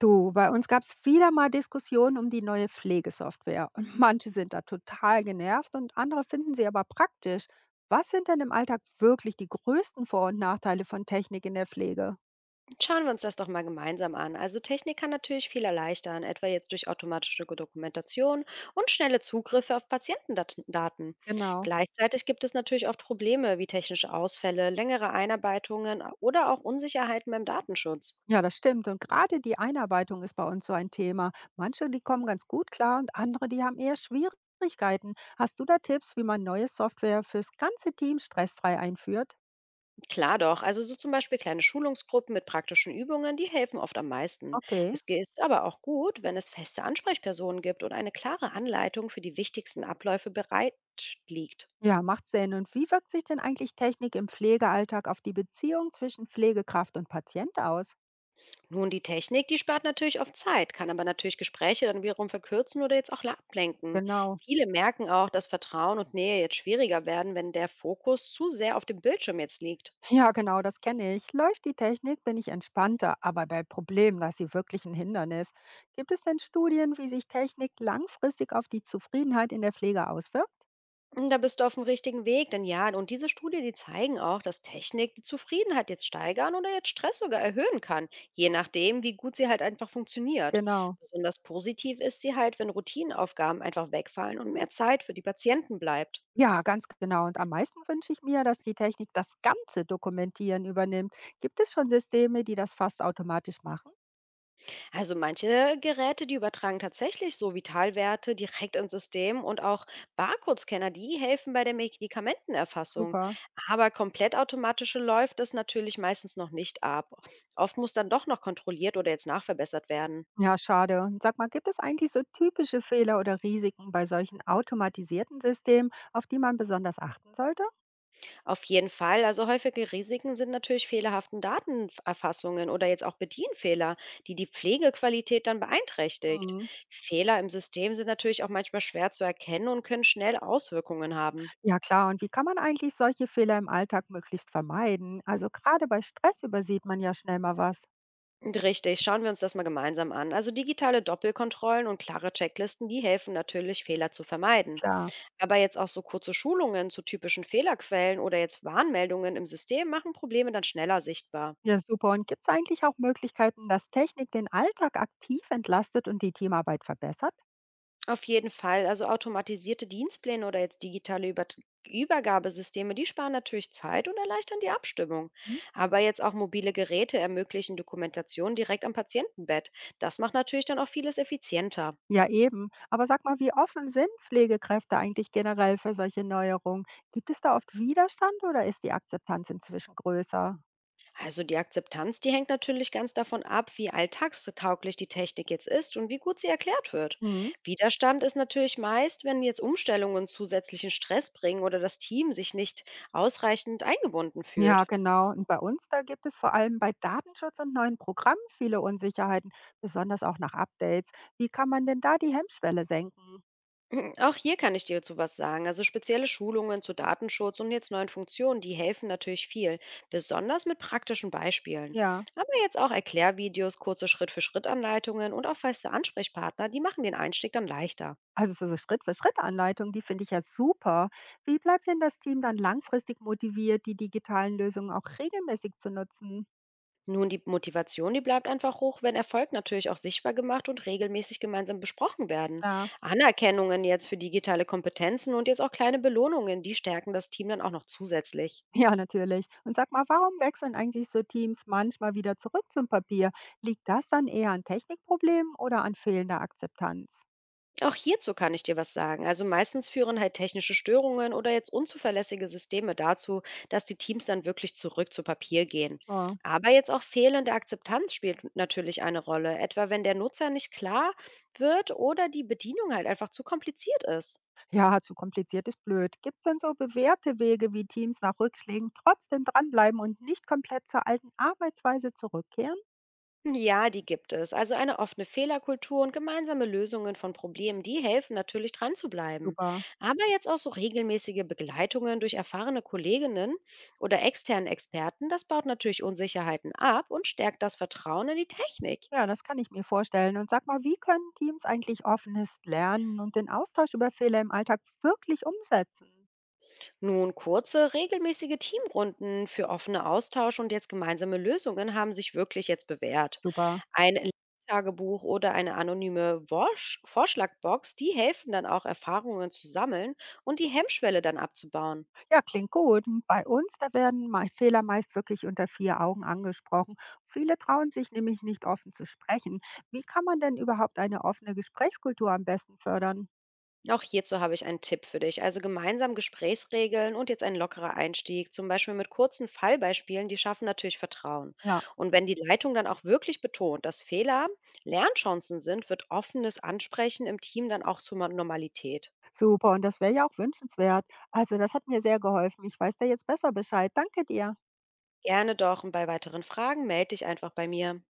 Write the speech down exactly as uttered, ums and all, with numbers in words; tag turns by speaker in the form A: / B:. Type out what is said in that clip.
A: Du, bei uns gab es wieder mal Diskussionen um die neue Pflegesoftware. Und manche sind da total genervt und andere finden sie aber praktisch. Was sind denn im Alltag wirklich die größten Vor- und Nachteile von Technik in der Pflege?
B: Schauen wir uns das doch mal gemeinsam an. Also Technik kann natürlich viel erleichtern, etwa jetzt durch automatische Dokumentation und schnelle Zugriffe auf Patientendaten.
A: Genau.
B: Gleichzeitig gibt es natürlich oft Probleme wie technische Ausfälle, längere Einarbeitungen oder auch Unsicherheiten beim Datenschutz.
A: Ja, das stimmt. Und gerade die Einarbeitung ist bei uns so ein Thema. Manche, die kommen ganz gut klar, und andere, die haben eher Schwierigkeiten. Hast du da Tipps, wie man neue Software fürs ganze Team stressfrei einführt?
B: Klar doch, also so zum Beispiel kleine Schulungsgruppen mit praktischen Übungen, die helfen oft am meisten.
A: Okay.
B: Es ist aber auch gut, wenn es feste Ansprechpersonen gibt und eine klare Anleitung für die wichtigsten Abläufe bereit liegt.
A: Ja, macht Sinn. Und wie wirkt sich denn eigentlich Technik im Pflegealltag auf die Beziehung zwischen Pflegekraft und Patient aus?
B: Nun, die Technik, die spart natürlich oft Zeit, kann aber natürlich Gespräche dann wiederum verkürzen oder jetzt auch la- ablenken.
A: Genau.
B: Viele merken auch, dass Vertrauen und Nähe jetzt schwieriger werden, wenn der Fokus zu sehr auf dem Bildschirm jetzt liegt.
A: Ja, genau, das kenne ich. Läuft die Technik, bin ich entspannter, aber bei Problemen, dass sie wirklich ein Hindernis. Gibt es denn Studien, wie sich Technik langfristig auf die Zufriedenheit in der Pflege auswirkt?
B: Und da bist du auf dem richtigen Weg, denn ja, und diese Studien, die zeigen auch, dass Technik die Zufriedenheit jetzt steigern oder jetzt Stress sogar erhöhen kann, je nachdem, wie gut sie halt einfach funktioniert.
A: Genau.
B: Besonders positiv ist sie halt, wenn Routinenaufgaben einfach wegfallen und mehr Zeit für die Patienten bleibt.
A: Ja, ganz genau. Und am meisten wünsche ich mir, dass die Technik das ganze Dokumentieren übernimmt. Gibt es schon Systeme, die das fast automatisch machen?
B: Also manche Geräte, die übertragen tatsächlich so Vitalwerte direkt ins System und auch Barcode-Scanner, die helfen bei der Medikamentenerfassung.
A: Super.
B: Aber komplett automatische läuft es natürlich meistens noch nicht ab. Oft muss dann doch noch kontrolliert oder jetzt nachverbessert werden.
A: Ja, schade. Sag mal, gibt es eigentlich so typische Fehler oder Risiken bei solchen automatisierten Systemen, auf die man besonders achten sollte?
B: Auf jeden Fall, also häufige Risiken sind natürlich fehlerhaften Datenerfassungen oder jetzt auch Bedienfehler, die die Pflegequalität dann beeinträchtigt.
A: Mhm.
B: Fehler im System sind natürlich auch manchmal schwer zu erkennen und können schnell Auswirkungen haben.
A: Ja, klar. Und wie kann man eigentlich solche Fehler im Alltag möglichst vermeiden? Also gerade bei Stress übersieht man ja schnell mal was.
B: Richtig, schauen wir uns das mal gemeinsam an. Also digitale Doppelkontrollen und klare Checklisten, die helfen natürlich, Fehler zu vermeiden.
A: Klar.
B: Aber jetzt auch so kurze Schulungen zu typischen Fehlerquellen oder jetzt Warnmeldungen im System machen Probleme dann schneller sichtbar.
A: Ja, super. Und gibt es eigentlich auch Möglichkeiten, dass Technik den Alltag aktiv entlastet und die Teamarbeit verbessert?
B: Auf jeden Fall, also automatisierte Dienstpläne oder jetzt digitale Über Übergabesysteme, die sparen natürlich Zeit und erleichtern die Abstimmung. Aber jetzt auch mobile Geräte ermöglichen Dokumentation direkt am Patientenbett. Das macht natürlich dann auch vieles effizienter.
A: Ja, eben. Aber sag mal, wie offen sind Pflegekräfte eigentlich generell für solche Neuerungen? Gibt es da oft Widerstand oder ist die Akzeptanz inzwischen größer?
B: Also die Akzeptanz, die hängt natürlich ganz davon ab, wie alltagstauglich die Technik jetzt ist und wie gut sie erklärt wird.
A: Mhm.
B: Widerstand ist natürlich meist, wenn jetzt Umstellungen zusätzlichen Stress bringen oder das Team sich nicht ausreichend eingebunden
A: Ja,
B: fühlt.
A: genau. Und bei uns, da gibt es vor allem bei Datenschutz und neuen Programmen viele Unsicherheiten, besonders auch nach Updates. Wie kann man denn da die Hemmschwelle senken?
B: Mm, Auch hier kann ich dir zu was sagen. Also spezielle Schulungen zu Datenschutz und jetzt neuen Funktionen, die helfen natürlich viel, besonders mit praktischen Beispielen.
A: Ja,
B: Aber jetzt auch Erklärvideos, kurze Schritt-für-Schritt-Anleitungen und auch feste Ansprechpartner, die machen den Einstieg dann leichter.
A: also so so Schritt-für-Schritt-Anleitung, die finde ich ja super. Wie bleibt denn das Team dann langfristig motiviert, die digitalen Lösungen auch regelmäßig zu nutzen?
B: Nun, die Motivation, die bleibt einfach hoch, wenn Erfolg natürlich auch sichtbar gemacht und regelmäßig gemeinsam besprochen werden.
A: Ja.
B: Anerkennungen jetzt für digitale Kompetenzen und jetzt auch kleine Belohnungen, die stärken das Team dann auch noch zusätzlich.
A: Ja, natürlich. Und sag mal, warum wechseln eigentlich so Teams manchmal wieder zurück zum Papier? Liegt das dann eher an Technikproblemen oder an fehlender Akzeptanz?
B: Auch hierzu kann ich dir was sagen. Also meistens führen halt technische Störungen oder jetzt unzuverlässige Systeme dazu, dass die Teams dann wirklich zurück zu Papier gehen.
A: Ah.
B: Aber jetzt auch fehlende Akzeptanz spielt natürlich eine Rolle, etwa wenn der Nutzer nicht klar wird oder die Bedienung halt einfach zu kompliziert ist.
A: Ja, zu kompliziert ist blöd. Gibt es denn so bewährte Wege, wie Teams nach Rückschlägen trotzdem dranbleiben und nicht komplett zur alten Arbeitsweise zurückkehren?
B: Ja, die gibt es. Also eine offene Fehlerkultur und gemeinsame Lösungen von Problemen, die helfen natürlich dran zu bleiben.
A: Super.
B: Aber jetzt auch so regelmäßige Begleitungen durch erfahrene Kolleginnen oder externen Experten, das baut natürlich Unsicherheiten ab und stärkt das Vertrauen in die Technik.
A: Ja, das kann ich mir vorstellen. Und sag mal, wie können Teams eigentlich offenes Lernen und den Austausch über Fehler im Alltag wirklich umsetzen?
B: Nun, kurze, regelmäßige Teamrunden für offene Austausch und jetzt gemeinsame Lösungen haben sich wirklich jetzt bewährt.
A: Super.
B: Ein Tagebuch oder eine anonyme Worsch Vorschlagbox, die helfen dann auch, Erfahrungen zu sammeln und die Hemmschwelle dann abzubauen.
A: Ja, klingt gut. Und bei uns, da werden mei- Fehler meist wirklich unter vier Augen angesprochen. Viele trauen sich nämlich nicht offen zu sprechen. Wie kann man denn überhaupt eine offene Gesprächskultur am besten fördern?
B: Auch hierzu habe ich einen Tipp für dich. Also gemeinsam Gesprächsregeln und jetzt ein lockerer Einstieg, zum Beispiel mit kurzen Fallbeispielen, die schaffen natürlich Vertrauen.
A: Ja,
B: Und wenn die Leitung dann auch wirklich betont, dass Fehler Lernchancen sind, wird offenes Ansprechen im Team dann auch zur Normalität.
A: super. Und das wäre ja auch wünschenswert. Also das hat mir sehr geholfen. Ich weiß da jetzt besser Bescheid. Danke dir.
B: Gerne doch und bei weiteren Fragen melde dich einfach bei mir.